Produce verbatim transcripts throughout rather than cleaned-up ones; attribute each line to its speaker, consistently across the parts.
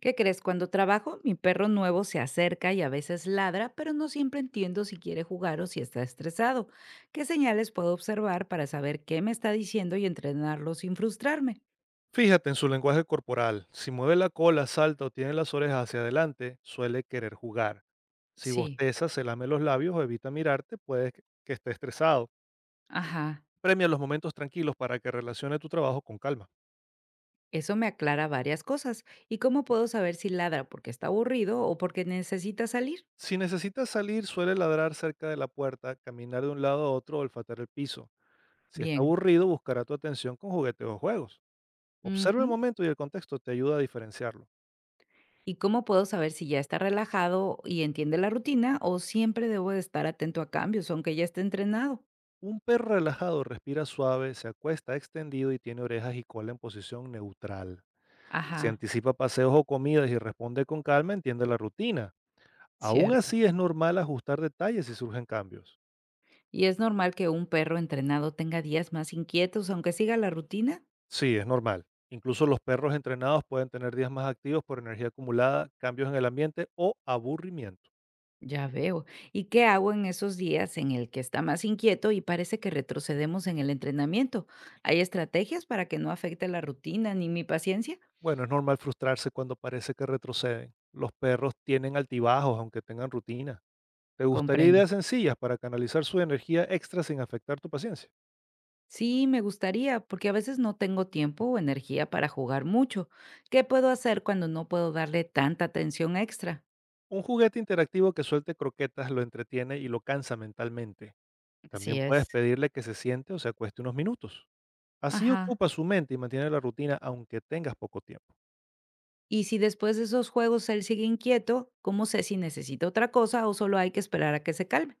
Speaker 1: ¿Qué crees? Cuando trabajo, mi perro nuevo se acerca y a veces ladra, pero no siempre entiendo si quiere jugar o si está estresado. ¿Qué señales puedo observar para saber qué me está diciendo y entrenarlo sin frustrarme?
Speaker 2: Fíjate en su lenguaje corporal. Si mueve la cola, salta o tiene las orejas hacia adelante, suele querer jugar. Si
Speaker 1: Sí,
Speaker 2: bosteza, se lame los labios o evita mirarte, puede que que esté estresado.
Speaker 1: ajá.
Speaker 2: Premia los momentos tranquilos para que relacione tu trabajo con calma.
Speaker 1: Eso me aclara varias cosas. ¿Y cómo puedo saber si ladra porque está aburrido o porque necesita salir?
Speaker 2: Si necesitas salir, suele ladrar cerca de la puerta, caminar de un lado a otro o olfatear el piso. Si está
Speaker 1: Bien.
Speaker 2: aburrido, buscará tu atención con juguetes o juegos. Observa el
Speaker 1: Ujú.
Speaker 2: momento y el contexto te ayuda a diferenciarlo.
Speaker 1: ¿Y cómo puedo saber si ya está relajado y entiende la rutina o siempre debo de estar atento a cambios, aunque ya esté entrenado?
Speaker 2: Un perro relajado respira suave, se acuesta extendido y tiene orejas y cola en posición neutral. Si
Speaker 1: Ajá,
Speaker 2: anticipa paseos o comidas y responde con calma, entiende la rutina. Aún
Speaker 1: cierto.
Speaker 2: así es normal ajustar detalles si surgen cambios.
Speaker 1: ¿Y es normal que un perro entrenado tenga días más inquietos aunque siga la rutina?
Speaker 2: Sí, es normal. Incluso los perros entrenados pueden tener días más activos por energía acumulada, cambios en el ambiente o aburrimiento.
Speaker 1: Ya veo. ¿Y qué hago en esos días en el que está más inquieto y parece que retrocedemos en el entrenamiento? ¿Hay estrategias para que no afecte la rutina ni mi paciencia?
Speaker 2: Bueno, es normal frustrarse cuando parece que retroceden. Los perros tienen altibajos aunque tengan rutina. ¿Te gustaría
Speaker 1: Comprendo.
Speaker 2: ideas sencillas para canalizar su energía extra sin afectar tu paciencia?
Speaker 1: Sí, me gustaría, porque a veces no tengo tiempo o energía para jugar mucho. ¿Qué puedo hacer cuando no puedo darle tanta atención extra?
Speaker 2: Un juguete interactivo que suelte croquetas lo entretiene y lo cansa mentalmente.
Speaker 1: Así
Speaker 2: También puedes
Speaker 1: es.
Speaker 2: pedirle que se siente o se acueste unos minutos. Así
Speaker 1: Ajá.
Speaker 2: ocupa su mente y mantiene la rutina aunque tengas poco tiempo.
Speaker 1: Y si después de esos juegos él sigue inquieto, ¿cómo sé si necesita otra cosa o solo hay que esperar a que se calme?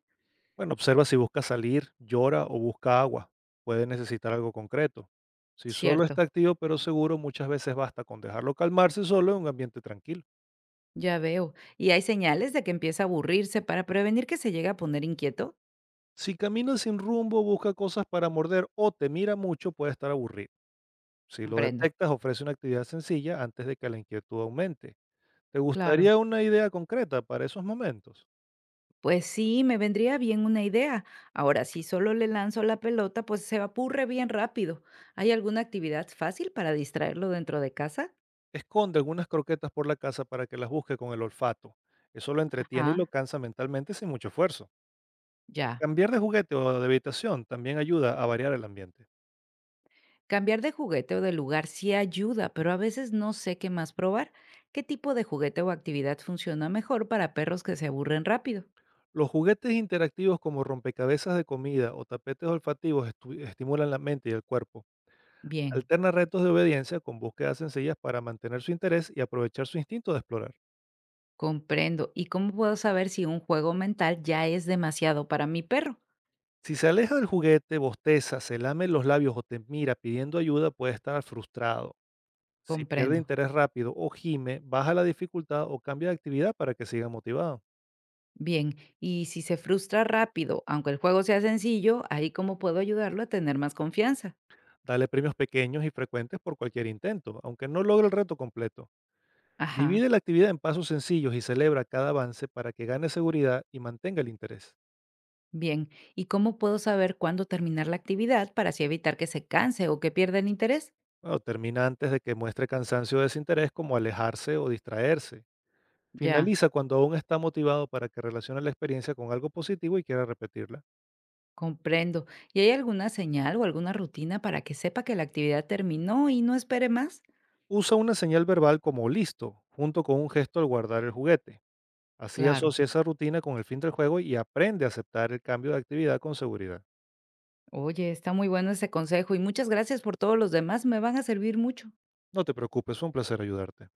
Speaker 2: Bueno, observa si busca salir, llora o busca agua. Puede necesitar algo concreto. Si solo
Speaker 1: Cierto,
Speaker 2: está activo pero seguro, muchas veces basta con dejarlo calmarse solo en un ambiente tranquilo.
Speaker 1: ya veo. ¿Y hay señales de que empieza a aburrirse para prevenir que se llegue a poner inquieto?
Speaker 2: Si camina sin rumbo, busca cosas para morder o te mira mucho, puede estar aburrido. Si lo
Speaker 1: Comprendo.
Speaker 2: detectas, ofrece una actividad sencilla antes de que la inquietud aumente. ¿Te
Speaker 1: Claro,
Speaker 2: gustaría una idea concreta para esos momentos?
Speaker 1: pues sí, me vendría bien una idea. Ahora, si solo le lanzo la pelota, pues se apurre bien rápido. ¿Hay alguna actividad fácil para distraerlo dentro de casa?
Speaker 2: Esconde algunas croquetas por la casa para que las busque con el olfato. Eso lo entretiene y lo
Speaker 1: Ajá,
Speaker 2: cansa mentalmente sin mucho esfuerzo.
Speaker 1: ya.
Speaker 2: Cambiar de juguete o de habitación también ayuda a variar el ambiente.
Speaker 1: Cambiar de juguete o de lugar sí ayuda, pero a veces no sé qué más probar. ¿Qué tipo de juguete o actividad funciona mejor para perros que se aburren rápido?
Speaker 2: Los juguetes interactivos como rompecabezas de comida o tapetes olfativos estu- estimulan la mente y el cuerpo.
Speaker 1: Bien,
Speaker 2: Alterna retos de obediencia con búsquedas sencillas para mantener su interés y aprovechar su instinto de explorar.
Speaker 1: comprendo. ¿Y cómo puedo saber si un juego mental ya es demasiado para mi perro?
Speaker 2: Si se aleja del juguete, bosteza, se lame los labios o te mira pidiendo ayuda, puede estar frustrado. Si pierde
Speaker 1: Comprendo.
Speaker 2: interés rápido o gime, baja la dificultad o cambia de actividad para que siga motivado.
Speaker 1: Bien, y si se frustra rápido, aunque el juego sea sencillo, ahí cómo puedo ayudarlo a tener más confianza.
Speaker 2: Dale premios pequeños y frecuentes por cualquier intento, aunque no logre el reto completo.
Speaker 1: Ajá,
Speaker 2: Divide la actividad en pasos sencillos y celebra cada avance para que gane seguridad y mantenga el interés.
Speaker 1: bien. ¿Y cómo puedo saber cuándo terminar la actividad para así evitar que se canse o que pierda el interés?
Speaker 2: Bueno, termina antes de que muestre cansancio o desinterés como alejarse o distraerse.
Speaker 1: Ya.
Speaker 2: Finaliza cuando aún está motivado para que relacione la experiencia con algo positivo y quiera repetirla.
Speaker 1: Comprendo. ¿Y hay alguna señal o alguna rutina para que sepa que la actividad terminó y no espere más?
Speaker 2: Usa una señal verbal como listo, junto con un gesto al guardar el juguete. Así
Speaker 1: Claro.
Speaker 2: asocia esa rutina con el fin del juego y aprende a aceptar el cambio de actividad con seguridad.
Speaker 1: Oye, está muy bueno ese consejo y muchas gracias por todos los demás, me van a servir mucho.
Speaker 2: No te preocupes, fue un placer ayudarte.